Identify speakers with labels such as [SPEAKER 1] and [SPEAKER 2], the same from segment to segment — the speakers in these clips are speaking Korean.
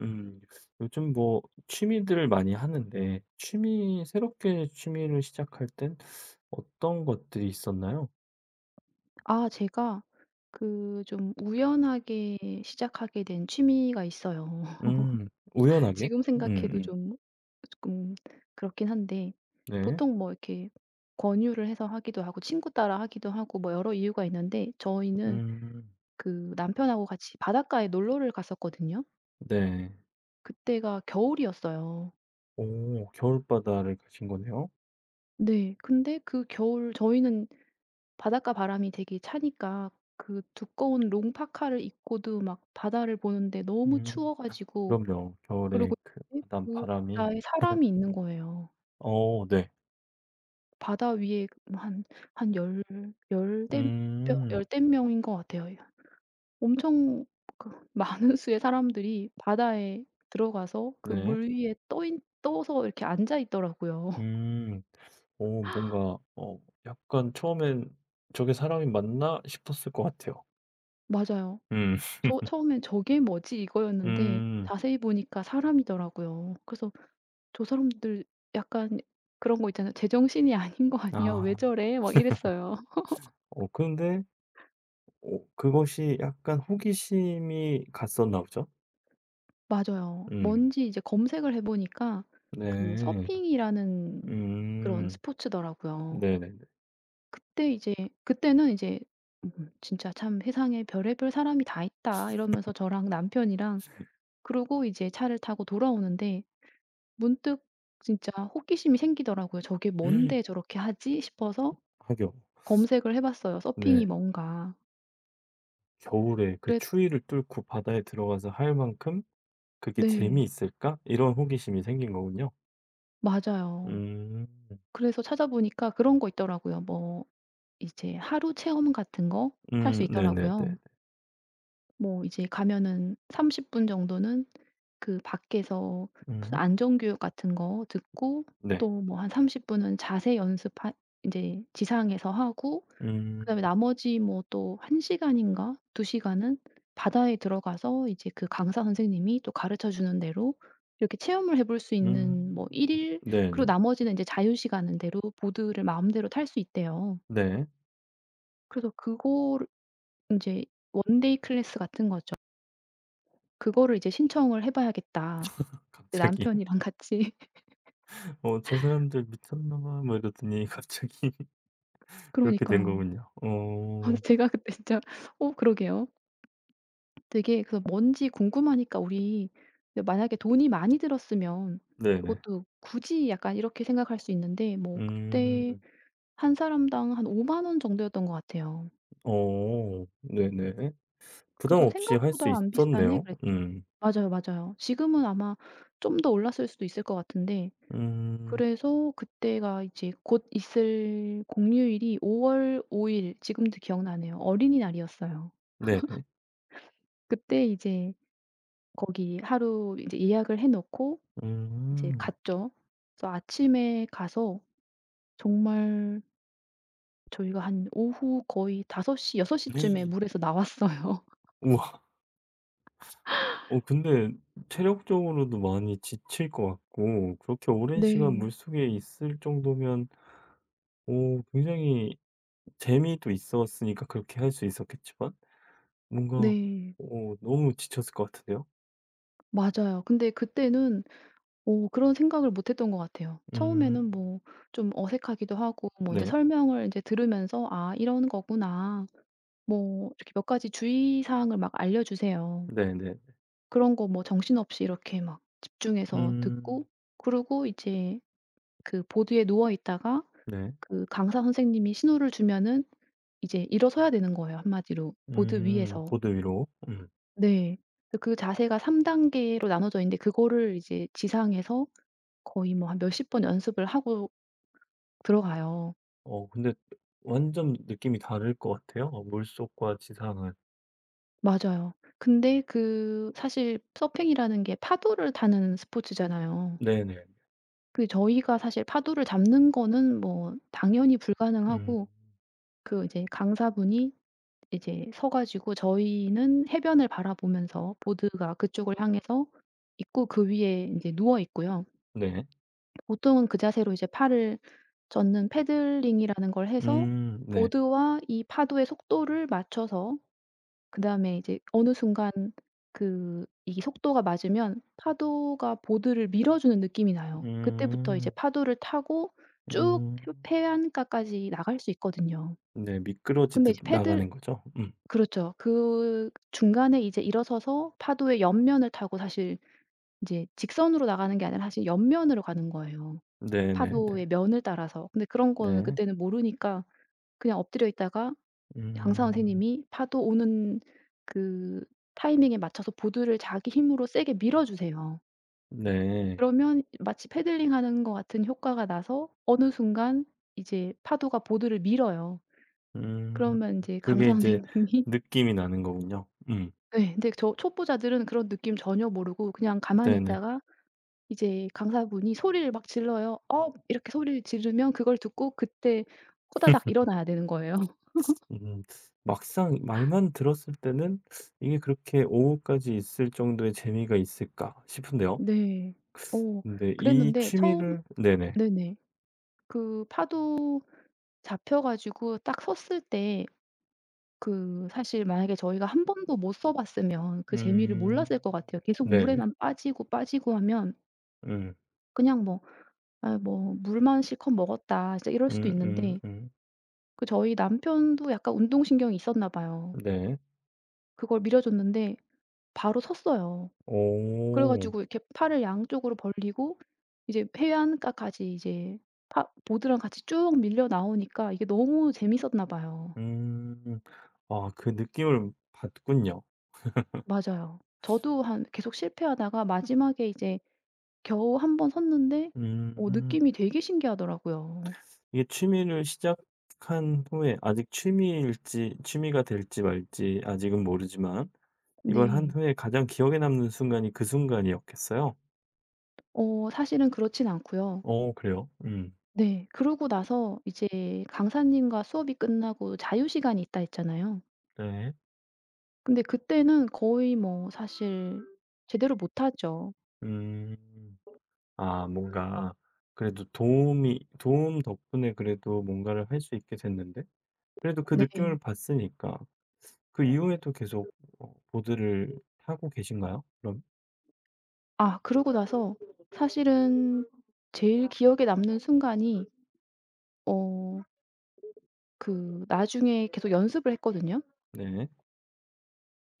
[SPEAKER 1] 음. 요즘 뭐 취미들을 많이 하는데 취미 새롭게 취미를 시작할 땐 어떤 것들이 있었나요?
[SPEAKER 2] 아 제가 그 좀 우연하게 시작하게 된 취미가 있어요.
[SPEAKER 1] 음. 우연하게?
[SPEAKER 2] 지금 생각해도
[SPEAKER 1] 음음.
[SPEAKER 2] 좀 조금 그렇긴 한데
[SPEAKER 1] 네.
[SPEAKER 2] 보통 뭐 이렇게 권유를 해서 하기도 하고 친구 따라 하기도 하고 뭐 여러 이유가 있는데 저희는
[SPEAKER 1] 음.
[SPEAKER 2] 그 남편하고 같이 바닷가에 놀러를 갔었거든요.
[SPEAKER 1] 네.
[SPEAKER 2] 그때가 겨울이었어요.
[SPEAKER 1] 오. 겨울바다를 가신 거네요.
[SPEAKER 2] 네. 근데 그 겨울 저희는 바닷가 바람이 되게 차니까 그 두꺼운 롱파카를 입고도 막 바다를 보는데 너무
[SPEAKER 1] 음.
[SPEAKER 2] 추워 가지고,
[SPEAKER 1] 그럼요.
[SPEAKER 2] 그리
[SPEAKER 1] 겨울에
[SPEAKER 2] 고
[SPEAKER 1] 그
[SPEAKER 2] 이제 그
[SPEAKER 1] 바닷바람이.
[SPEAKER 2] 바다에 사람이 있는 거예요.
[SPEAKER 1] 어, 네.
[SPEAKER 2] 바다 위에 뭐 한 한 열 열댓 명
[SPEAKER 1] 음.
[SPEAKER 2] 열댓 명인 것 같아요. 예. 엄청 그 많은 수의 사람들이 바다에 들어가서 그
[SPEAKER 1] 네.
[SPEAKER 2] 물 위에 떠 있 떠서 이렇게 앉아 있더라고요.
[SPEAKER 1] 음. 오 뭔가 어 약간 처음엔 '저게 사람이 맞나?' 싶었을 것 같아요.
[SPEAKER 2] 맞아요.
[SPEAKER 1] 음.
[SPEAKER 2] 저 처음엔 '저게 뭐지?' 이거였는데
[SPEAKER 1] 음.
[SPEAKER 2] 자세히 보니까 사람이더라고요. 그래서 저 사람들 약간 그런 거 있잖아요. '제정신이 아닌 거 아니야? 왜
[SPEAKER 1] 아.
[SPEAKER 2] 저래?' 막 이랬어요.
[SPEAKER 1] 어 근데 어 그것이 약간 호기심이 갔었나 보죠?
[SPEAKER 2] 맞아요.
[SPEAKER 1] 음.
[SPEAKER 2] 뭔지 이제 검색을 해 보니까 그
[SPEAKER 1] 네.
[SPEAKER 2] 서핑이라는 그런
[SPEAKER 1] 음.
[SPEAKER 2] 스포츠더라고요.
[SPEAKER 1] 네네네.
[SPEAKER 2] 그때 이제 그때는 이제 '음 진짜 참 세상에 별의별 사람이 다 있다.' 이러면서 저랑 남편이랑 그러고 이제 차를 타고 돌아오는데 문득 진짜 호기심이 생기더라고요. '저게
[SPEAKER 1] 음,
[SPEAKER 2] 뭔데 저렇게 하지?' 싶어서
[SPEAKER 1] 하교.
[SPEAKER 2] 검색을 해 봤어요. '서핑이
[SPEAKER 1] 네.
[SPEAKER 2] 뭔가.'
[SPEAKER 1] 겨울에
[SPEAKER 2] 그
[SPEAKER 1] 그
[SPEAKER 2] 래
[SPEAKER 1] 추위를 뚫고 바다에 들어가서 할 만큼 '그게
[SPEAKER 2] 네.
[SPEAKER 1] 재미있을까?' 이런 호기심이 생긴 거군요.
[SPEAKER 2] 맞아요.
[SPEAKER 1] 음.
[SPEAKER 2] 그래서 찾아보니까 그런 거 있더라고요. 뭐 이제 하루 체험 같은 거 할 수 있더라고요.
[SPEAKER 1] 네네네네.
[SPEAKER 2] 뭐 이제 가면은 30분 정도는 그 밖에서 무슨
[SPEAKER 1] 음.
[SPEAKER 2] 안전교육 같은 거 듣고,
[SPEAKER 1] 네.
[SPEAKER 2] 또 뭐 한 30 분은 자세 연습하 인제 지상에서 하고, 그다음에
[SPEAKER 1] 음.
[SPEAKER 2] 나머지 뭐 또 1 시간인가 2 시간은 바다에 들어가서 이제 그 강사 선생님이 또 가르쳐 주는 대로 이렇게 체험을 해볼 수
[SPEAKER 1] 음.
[SPEAKER 2] 있는 뭐 1 일, 그리고
[SPEAKER 1] 네네.
[SPEAKER 2] 나머지는 인제 자유 시간은 대로 보드를 마음대로 탈 수 있대요.
[SPEAKER 1] 네.
[SPEAKER 2] 그래서 그거를 인제 원데이 클래스 같은 거죠. 그거를 이제 신청을 해 봐야겠다. 네
[SPEAKER 1] 갑자기요?
[SPEAKER 2] 남편이랑 같이.
[SPEAKER 1] 어 '저 사람들 미쳤나 봐.' 뭐 이러더니 갑자기 그렇게 된
[SPEAKER 2] 그러니까요.
[SPEAKER 1] 거군요.
[SPEAKER 2] 아 근데
[SPEAKER 1] 어.
[SPEAKER 2] 제가 그때 진짜 어 그러게요. 되게 그래서 뭔지 궁금하니까 우리 근데 만약에 돈이 많이 들었으면
[SPEAKER 1] 네네.
[SPEAKER 2] 그것도 굳이 약간 이렇게 생각할 수 있는데 뭐 그때
[SPEAKER 1] 음.
[SPEAKER 2] 한 사람당 한5만 원 정도였던 것 같아요.
[SPEAKER 1] 어. 네네. 부담
[SPEAKER 2] 그래서
[SPEAKER 1] 없이 할 수
[SPEAKER 2] '생각보다 안 비싸네.'
[SPEAKER 1] 있었네요.
[SPEAKER 2] 그랬죠.
[SPEAKER 1] 음.
[SPEAKER 2] 맞아요, 맞아요. 지금은 아마 좀 더 올랐을 수도 있을 것 같은데,
[SPEAKER 1] 음.
[SPEAKER 2] 그래서 그때가 이제 곧 있을 공휴일이 5월 5일, 지금도 기억나네요. 어린이날이었어요.
[SPEAKER 1] 네네.
[SPEAKER 2] 그때 이제 거기 하루 이제 예약을 해 놓고 이제
[SPEAKER 1] 음.
[SPEAKER 2] 갔죠. 그래서 아침에 가서 정말 저희가 한 오후 거의 5섯시6섯시 쯤에
[SPEAKER 1] 네.
[SPEAKER 2] 물에서 나왔어요.
[SPEAKER 1] 우와. 어 근데 체력적으로도 많이 지칠 것 같고 그렇게 오랜 시간
[SPEAKER 2] 네.
[SPEAKER 1] 물속에 있을 정도면 오, 굉장히 재미도 있었으니까 그렇게 할 수 있었겠지만 뭔가
[SPEAKER 2] 네.
[SPEAKER 1] 오 너무 지쳤을 것 같은데요.
[SPEAKER 2] 맞아요. 근데 그때는 오 그런 생각을 못 했던 것 같아요. 처음에는
[SPEAKER 1] 음.
[SPEAKER 2] 뭐 좀 어색하기도 하고 뭐 이제
[SPEAKER 1] 네.
[SPEAKER 2] 설명을 이제 들으면서 '아 이런 거구나.' 뭐 이렇게 몇 가지 주의 사항을 막 알려 주세요.
[SPEAKER 1] 네네네.
[SPEAKER 2] 그런 거 뭐 정신없이 이렇게 막 집중해서 듣고,
[SPEAKER 1] 음.
[SPEAKER 2] 그러고 이제 그 보드에 누워 있다가
[SPEAKER 1] 네.
[SPEAKER 2] 그 강사 선생님이 신호를 주면은 이제 일어서야 되는 거예요, 한마디로 보드
[SPEAKER 1] 음.
[SPEAKER 2] 위에서.
[SPEAKER 1] 보드 위로. 음.
[SPEAKER 2] 네. 그 그 자세가 3 단계로 나눠져 있는데 그거를 이제 지상에서 거의 뭐 한 몇십 번 연습을 하고 들어가요.
[SPEAKER 1] 어 근데 완전 느낌이 다를 것 같아요. 어 물속과 지상은.
[SPEAKER 2] 맞아요. 근데 그 사실 서핑이라는 게 파도를 타는 스포츠잖아요.
[SPEAKER 1] 네네.
[SPEAKER 2] 그 저희가 사실 파도를 잡는 거는 뭐 당연히
[SPEAKER 1] 음.
[SPEAKER 2] 불가능하고, 그 이제 강사분이 이제 서 가지고 저희는 해변을 바라보면서 보드가 그쪽을 향해서 있고 그 위에 인제 누워 있고요.
[SPEAKER 1] 네.
[SPEAKER 2] 보통은 그 자세로 이제 팔을 젓는 패들링이라는 걸 해서
[SPEAKER 1] 음. 네.
[SPEAKER 2] 보드와 이 파도의 속도를 맞춰서 그다음에 이제 어느 순간 그 이 속도가 맞으면 파도가 보드를 밀어주는 느낌이 나요. 그때부터 이제
[SPEAKER 1] 음.
[SPEAKER 2] 파도를 타고 쭉
[SPEAKER 1] 음.
[SPEAKER 2] 해안가까지 나갈 수 있거든요.
[SPEAKER 1] 네.
[SPEAKER 2] 근데
[SPEAKER 1] 미끄러지듯
[SPEAKER 2] 이제 패들
[SPEAKER 1] 나가는 거죠? 음.
[SPEAKER 2] 그렇죠. 그 중간에 이제 일어서서 파도의 옆면을 타고 사실 이제 직선으로 나가는 게 아니라 사실 옆면으로 가는 거예요,
[SPEAKER 1] 네네네.
[SPEAKER 2] 파도의
[SPEAKER 1] 네.
[SPEAKER 2] 면을 따라서. 근데 그런 거는
[SPEAKER 1] 네.
[SPEAKER 2] 그때는 모르니까 그냥 엎드려 있다가 강사
[SPEAKER 1] 음.
[SPEAKER 2] 선생님이 파도 오는 그 타이밍에 맞춰서 보드를 자기 힘으로 세게 밀어 주세요.
[SPEAKER 1] 네.
[SPEAKER 2] 그러면 마치 패들링하는 것 같은 효과가 나서 어느 순간 이제 파도가 보드를 밀어요.
[SPEAKER 1] 음.
[SPEAKER 2] 그러면 인제
[SPEAKER 1] 그게
[SPEAKER 2] 강사
[SPEAKER 1] 이제
[SPEAKER 2] 선생님이
[SPEAKER 1] 느낌이 나는 거군요. 음.
[SPEAKER 2] 네. 근데 저 초보자들은 그런 느낌 전혀 모르고 그냥 가만히
[SPEAKER 1] 네네.
[SPEAKER 2] 있다가 이제 강사분이 소리를 막 질러요. "업." 이렇게 소리를 지르면 그걸 듣고 그때 호다닥 일어나야 되는 거예요.
[SPEAKER 1] 음. 막상 말만 들었을 때는 '이게 그렇게 오후까지 있을 정도의 재미가 있을까?' 싶은데요.
[SPEAKER 2] 네. 어
[SPEAKER 1] 근데 이
[SPEAKER 2] 그랬는데 처음
[SPEAKER 1] 취미를 네네.
[SPEAKER 2] 네네. 그 파도 잡혀 가지고 딱 섰을 때 그 사실 만약에 저희가 한 번도 못 써 봤으면 그 재미를
[SPEAKER 1] 음.
[SPEAKER 2] 몰랐을 것 같아요. 계속
[SPEAKER 1] 네네.
[SPEAKER 2] 물에만 빠지고 빠지고 하면
[SPEAKER 1] 음.
[SPEAKER 2] 그냥 뭐 '아 뭐 물만 실컷 먹었다.' 진짜 이럴 수도 있는데
[SPEAKER 1] 음음음.
[SPEAKER 2] 그 저희 남편도 약간 운동신경이 있었나 봐요.
[SPEAKER 1] 네.
[SPEAKER 2] 그걸 밀어 줬는데 바로 섰어요. 그래
[SPEAKER 1] 오.
[SPEAKER 2] 가지고 이렇게 팔을 양쪽으로 벌리고 이제 해안가까지 이제 파 보드랑 같이 쭉 밀려 나오니까 이게 너무 재밌었나 봐요.
[SPEAKER 1] 음. 아 그 느낌을 받군요.
[SPEAKER 2] 맞아요. 저도 한 계속 실패하다가 마지막에 이제 겨우 한 번 섰는데 어
[SPEAKER 1] 음.
[SPEAKER 2] 느낌이 되게 신기하더라고요.
[SPEAKER 1] 이게 취미를 시작한 후에 아직 취미일지 취미가 될지 말지 아직은 모르지만 이걸 한
[SPEAKER 2] 네.
[SPEAKER 1] 후에 가장 기억에 남는 순간이 그 순간이었겠어요?
[SPEAKER 2] 어 사실은 그렇진 않고요.
[SPEAKER 1] 어 그래요? 음.
[SPEAKER 2] 네. 그러고 나서 이제 강사님과 수업이 끝나고 자유 시간이 있다 했잖아요.
[SPEAKER 1] 네.
[SPEAKER 2] 근데 그때는 거의 뭐 사실 제대로 못 하죠.
[SPEAKER 1] 음. 아 뭔가 그래도 도움이 도움 덕분에 그래도 뭔가를 할 수 있게 됐는데 그래도 그
[SPEAKER 2] 네.
[SPEAKER 1] 느낌을 봤으니까 그 이후에도 계속 어 보드를 타고 계신가요? 그럼?
[SPEAKER 2] 아 그러고 나서 사실은 제일 기억에 남는 순간이 어 그 나중에 계속 연습을 했거든요.
[SPEAKER 1] 네.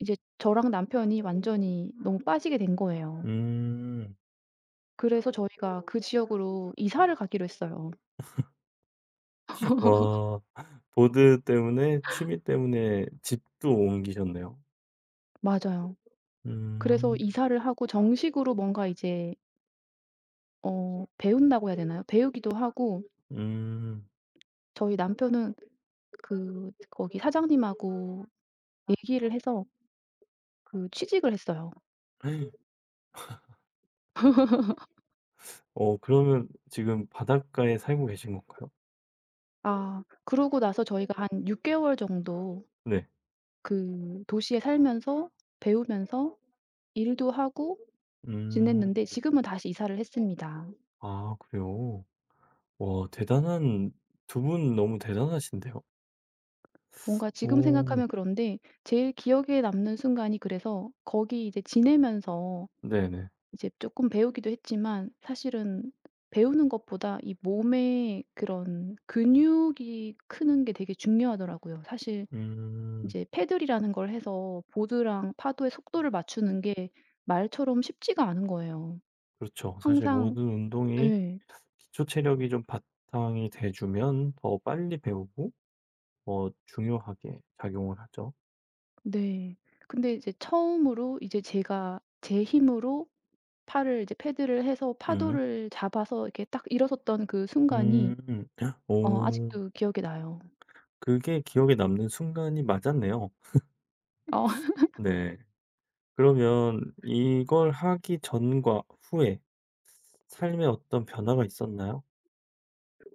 [SPEAKER 2] 이제 저랑 남편이 완전히 너무 빠지게 된 거예요.
[SPEAKER 1] 음.
[SPEAKER 2] 그래서 저희가 그 지역으로 이사를 가기로 했어요.
[SPEAKER 1] 와. 보드 때문에 취미 때문에 집도 옮기셨네요.
[SPEAKER 2] 맞아요. 그래서
[SPEAKER 1] 음.
[SPEAKER 2] 이사를 하고 정식으로 뭔가 이제 어 배운다고 해야 되나요? 배우기도 하고,
[SPEAKER 1] 음.
[SPEAKER 2] 저희 남편은 그 거기 사장님하고 얘기를 해서 그 취직을 했어요.
[SPEAKER 1] 어 그러면 지금 바닷가에 살고 계신 건가요?
[SPEAKER 2] 아 그러고 나서 저희가 한 6 개월 정도
[SPEAKER 1] 네.
[SPEAKER 2] 그 도시에 살면서 배우면서 일도 하고 지냈는데
[SPEAKER 1] 음.
[SPEAKER 2] 지금은 다시 이사를 했습니다.
[SPEAKER 1] 아 그래요? 와 대단한 두 분 너무 대단하신데요.
[SPEAKER 2] 뭔가 지금
[SPEAKER 1] 오.
[SPEAKER 2] 생각하면 그런데 제일 기억에 남는 순간이, 그래서 거기 이제 지내면서
[SPEAKER 1] 네네.
[SPEAKER 2] 이제 조금 배우기도 했지만 사실은 배우는 것보다 이 몸의 그런 근육이 크는 게 되게 중요하더라고요. 사실
[SPEAKER 1] 음.
[SPEAKER 2] 이제 패들이라는 걸 해서 보드랑 파도의 속도를 맞추는 게 말처럼 쉽지가 않은 거예요.
[SPEAKER 1] 그렇죠. 사실
[SPEAKER 2] 항상
[SPEAKER 1] 모든 운동이
[SPEAKER 2] 네.
[SPEAKER 1] 기초 체력이 좀 바탕이 돼 주면 더 빨리 배우고 더 중요하게 작용을 하죠.
[SPEAKER 2] 네. 근데 이제 처음으로 이제 제가 제 힘으로 팔을 이제 패드를 해서
[SPEAKER 1] 음.
[SPEAKER 2] 파도를 잡아서 이렇게 딱 일어섰던 그 순간이
[SPEAKER 1] 음.
[SPEAKER 2] 어
[SPEAKER 1] 오
[SPEAKER 2] 아직도 기억이 나요.
[SPEAKER 1] 그게 기억에 남는 순간이 맞았네요.
[SPEAKER 2] 어
[SPEAKER 1] 네. 그러면 이걸 하기 전과 후에 삶에 어떤 변화가 있었나요?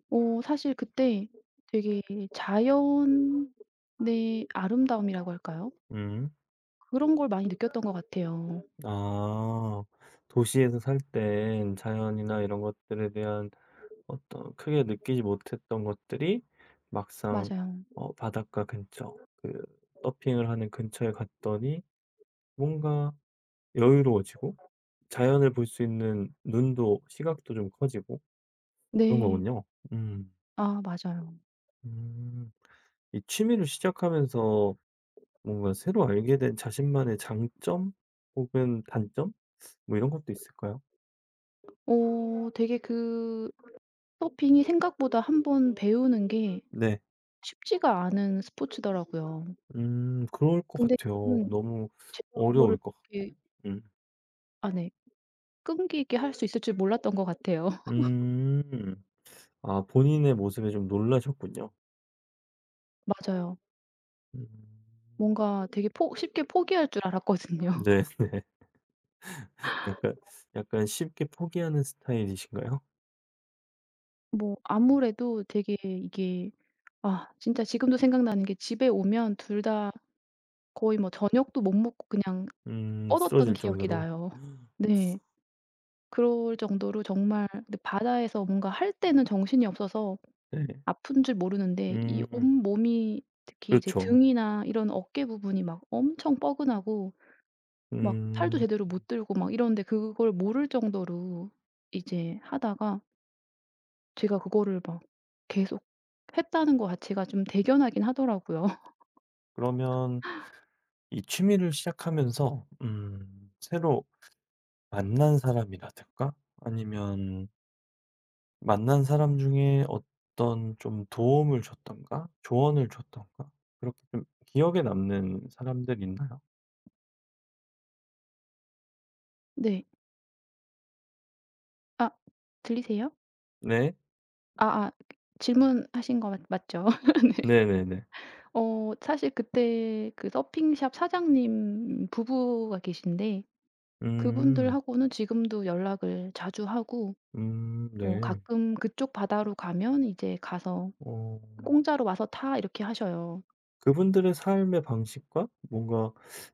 [SPEAKER 2] 어 사실 그때 되게 자연의 아름다움이라고 할까요?
[SPEAKER 1] 음.
[SPEAKER 2] 그런 걸 많이 느꼈던 것 같아요.
[SPEAKER 1] 아. 도시에서 살 땐 자연이나 이런 것들에 대한 어떤 크게 느끼지 못했던 것들이 막상
[SPEAKER 2] 맞아요.
[SPEAKER 1] 어 바닷가 근처 그 서핑을 하는 근처에 갔더니 뭔가 여유로워지고 자연을 볼 수 있는 눈도 시각도 좀 커지고 그런
[SPEAKER 2] 네.
[SPEAKER 1] 거군요. 음.
[SPEAKER 2] 아 맞아요.
[SPEAKER 1] 음. 이 취미를 시작하면서 뭔가 새로 알게 된 자신만의 장점 혹은 단점 뭐 이런 것도 있을까요?
[SPEAKER 2] 어 되게 그 서핑이 생각보다 한번 배우는 게
[SPEAKER 1] 네.
[SPEAKER 2] 쉽지가 않은 스포츠더라고요.
[SPEAKER 1] 그럴 것
[SPEAKER 2] 근데
[SPEAKER 1] 같아요.
[SPEAKER 2] 저는
[SPEAKER 1] 너무
[SPEAKER 2] 제가 그거를
[SPEAKER 1] 어려울 것
[SPEAKER 2] 이렇게
[SPEAKER 1] 같고. 음.
[SPEAKER 2] 아 네 끈기 있게 할 수 있을 줄 몰랐던 것 같아요.
[SPEAKER 1] 음. 아 본인의 모습에 좀 놀라셨군요.
[SPEAKER 2] 맞아요.
[SPEAKER 1] 음.
[SPEAKER 2] 뭔가 되게 포 쉽게 포기할 줄 알았거든요.
[SPEAKER 1] 네네. 약간, 약간 쉽게 포기하는 스타일이신가요?
[SPEAKER 2] 뭐 아무래도 되게 이게 아 진짜 지금도 생각나는 게 집에 오면 둘 다 거의 뭐 저녁도 못 먹고 그냥 뻗었던
[SPEAKER 1] 쓰러질
[SPEAKER 2] 기억이
[SPEAKER 1] 정도로.
[SPEAKER 2] 나요. 네. 그럴 정도로 정말 근데 바다에서 뭔가 할 때는 정신이 없어서
[SPEAKER 1] 네.
[SPEAKER 2] 아픈 줄 모르는데 이
[SPEAKER 1] 음
[SPEAKER 2] 온몸이 특히 이제
[SPEAKER 1] 그렇죠.
[SPEAKER 2] 등이나 이런 어깨 부분이 막 엄청 뻐근하고 막 팔도
[SPEAKER 1] 음
[SPEAKER 2] 제대로 못 들고 막 이런데 그걸 모를 정도로 이제 하다가 제가 그거를 막 계속 했다는 거 자체가 좀 대견하긴 하더라고요.
[SPEAKER 1] 그러면 이 취미를 시작하면서 새로 만난 사람이라든가 아니면 만난 사람 중에 어떤 좀 도움을 줬던가 조언을 줬던가 그렇게 좀 기억에 남는 사람들 있나요?
[SPEAKER 2] 네. 아 들리세요?
[SPEAKER 1] 네.
[SPEAKER 2] 아아 질문하신 거 맞 맞죠? 네.
[SPEAKER 1] 네네네.
[SPEAKER 2] 어 사실 그때 그 서핑샵 사장님 부부가 계신데
[SPEAKER 1] 음.
[SPEAKER 2] 그분들하고는 지금도 연락을 자주 하고 뭐
[SPEAKER 1] 네.
[SPEAKER 2] 가끔 그쪽 바다로 가면 이제 가서
[SPEAKER 1] 어.
[SPEAKER 2] "공짜로 와서 타." 이렇게 하셔요.
[SPEAKER 1] 그분들의 삶의 방식과 뭔가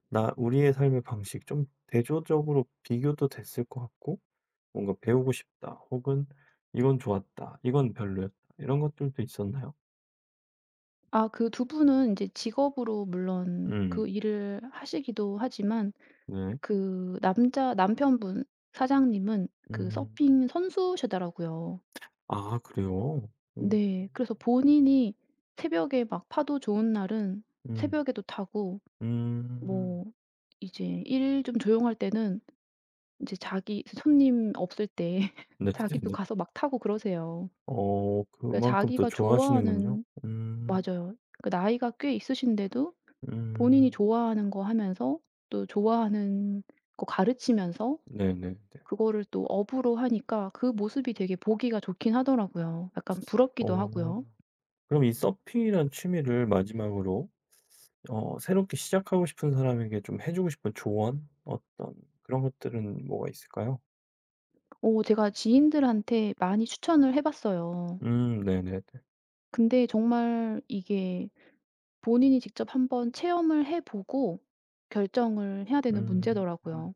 [SPEAKER 1] 나 우리의 삶의 방식 좀 대조적으로 비교도 됐을 것 같고 뭔가 배우고 싶다. 혹은 '이건 좋았다. 이건 별로였다.' 이런 것들도 있었나요?
[SPEAKER 2] 아 그 두 분은 이제 직업으로 물론 그
[SPEAKER 1] 음
[SPEAKER 2] 일을 하시기도 하지만
[SPEAKER 1] 네.
[SPEAKER 2] 그 남자 남편분 사장님은 그
[SPEAKER 1] 음.
[SPEAKER 2] 서핑 선수시더라고요.
[SPEAKER 1] 아 그래요? 음
[SPEAKER 2] 네. 그래서 본인이 새벽에 막 파도 좋은 날은
[SPEAKER 1] 음.
[SPEAKER 2] 새벽에도 타고,
[SPEAKER 1] 음.
[SPEAKER 2] 뭐 이제 일 좀 조용할 때는 이제 자기 손님 없을 때 자기도
[SPEAKER 1] 네네네.
[SPEAKER 2] 가서 막 타고 그러세요.
[SPEAKER 1] 어
[SPEAKER 2] 그러니까
[SPEAKER 1] 그만큼 또
[SPEAKER 2] 자기가
[SPEAKER 1] 좋아하시는군요.
[SPEAKER 2] 좋아하는
[SPEAKER 1] 음.
[SPEAKER 2] 맞아요. 그 나이가 꽤 있으신데도 본인이
[SPEAKER 1] 음.
[SPEAKER 2] 좋아하는 거 하면서 또 좋아하는 거 가르치면서
[SPEAKER 1] 네네네.
[SPEAKER 2] 그거를 또 업으로 하니까 그 모습이 되게 보기가 좋긴 하더라고요. 약간 부럽기도
[SPEAKER 1] 어.
[SPEAKER 2] 하고요.
[SPEAKER 1] 그럼 이 서핑이란 취미를 마지막으로 어 새롭게 시작하고 싶은 사람에게 좀 해 주고 싶은 조언? 어떤 그런 것들은 뭐가 있을까요?
[SPEAKER 2] 어 제가 지인들한테 많이 추천을 해 봤어요.
[SPEAKER 1] 네네네.
[SPEAKER 2] 근데 정말 이게 본인이 직접 한번 체험을 해 보고 결정을 해야 되는
[SPEAKER 1] 음.
[SPEAKER 2] 문제더라고요.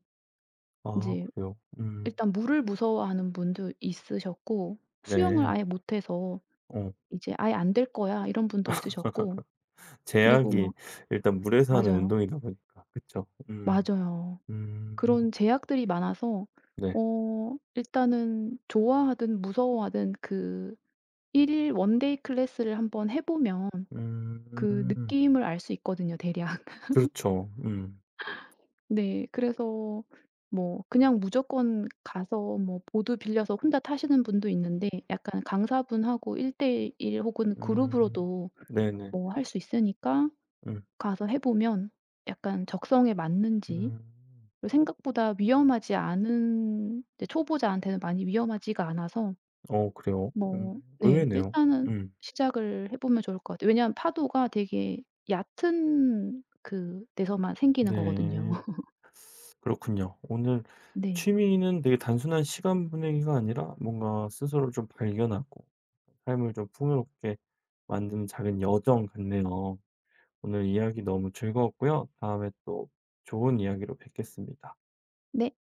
[SPEAKER 2] 이
[SPEAKER 1] 아
[SPEAKER 2] 제
[SPEAKER 1] 그래요?
[SPEAKER 2] 일단 물을 무서워하는 분도 있으셨고 수영을
[SPEAKER 1] 네.
[SPEAKER 2] 아예 못해서
[SPEAKER 1] 어.
[SPEAKER 2] 이제 "아예 안 될 거야." 이런 분도 있으셨고, 그리고
[SPEAKER 1] 제약이
[SPEAKER 2] 막
[SPEAKER 1] 일단 물에서 하는
[SPEAKER 2] 맞아요.
[SPEAKER 1] 운동이다 보니까 그쵸? 음.
[SPEAKER 2] 맞아요. 그런
[SPEAKER 1] 음
[SPEAKER 2] 제약들이 많아서
[SPEAKER 1] 네.
[SPEAKER 2] 어 일단은 좋아하든 무서워하든 그 1일 원데이 클래스를 한번 해 보면 그
[SPEAKER 1] 음.
[SPEAKER 2] 느낌을 알 수 있거든요 대략.
[SPEAKER 1] 그렇죠. 음.
[SPEAKER 2] 네. 그래서 뭐 그냥 무조건 가서 뭐 보드 빌려서 혼자 타시는 분도 있는데 약간 강사분하고 1대1 혹은
[SPEAKER 1] 음.
[SPEAKER 2] 그룹으로도
[SPEAKER 1] 네네.
[SPEAKER 2] 뭐 할 수 있으니까
[SPEAKER 1] 음.
[SPEAKER 2] 가서 해 보면 약간 적성에 맞는지,
[SPEAKER 1] 음.
[SPEAKER 2] 그리고 생각보다 위험하지 않은, 이제 초보자한테는 많이 위험하지가 않아서
[SPEAKER 1] 어 그래요?
[SPEAKER 2] 뭐 네
[SPEAKER 1] 의외네요.
[SPEAKER 2] 일단은
[SPEAKER 1] 음.
[SPEAKER 2] 시작을 해 보면 좋을 것 같아요. 왜냐하면 파도가 되게 얕은 그 데서만 생기는 거거든요.
[SPEAKER 1] 네. 그렇군요. 오늘
[SPEAKER 2] 네.
[SPEAKER 1] 취미는 되게 단순한 시간 보내기가 아니라 뭔가 스스로를 좀 발견하고 삶을 좀 풍요롭게 만드는 작은 여정 같네요. 오늘 이야기 너무 즐거웠고요. 다음에 또 좋은 이야기로 뵙겠습니다.
[SPEAKER 2] 네.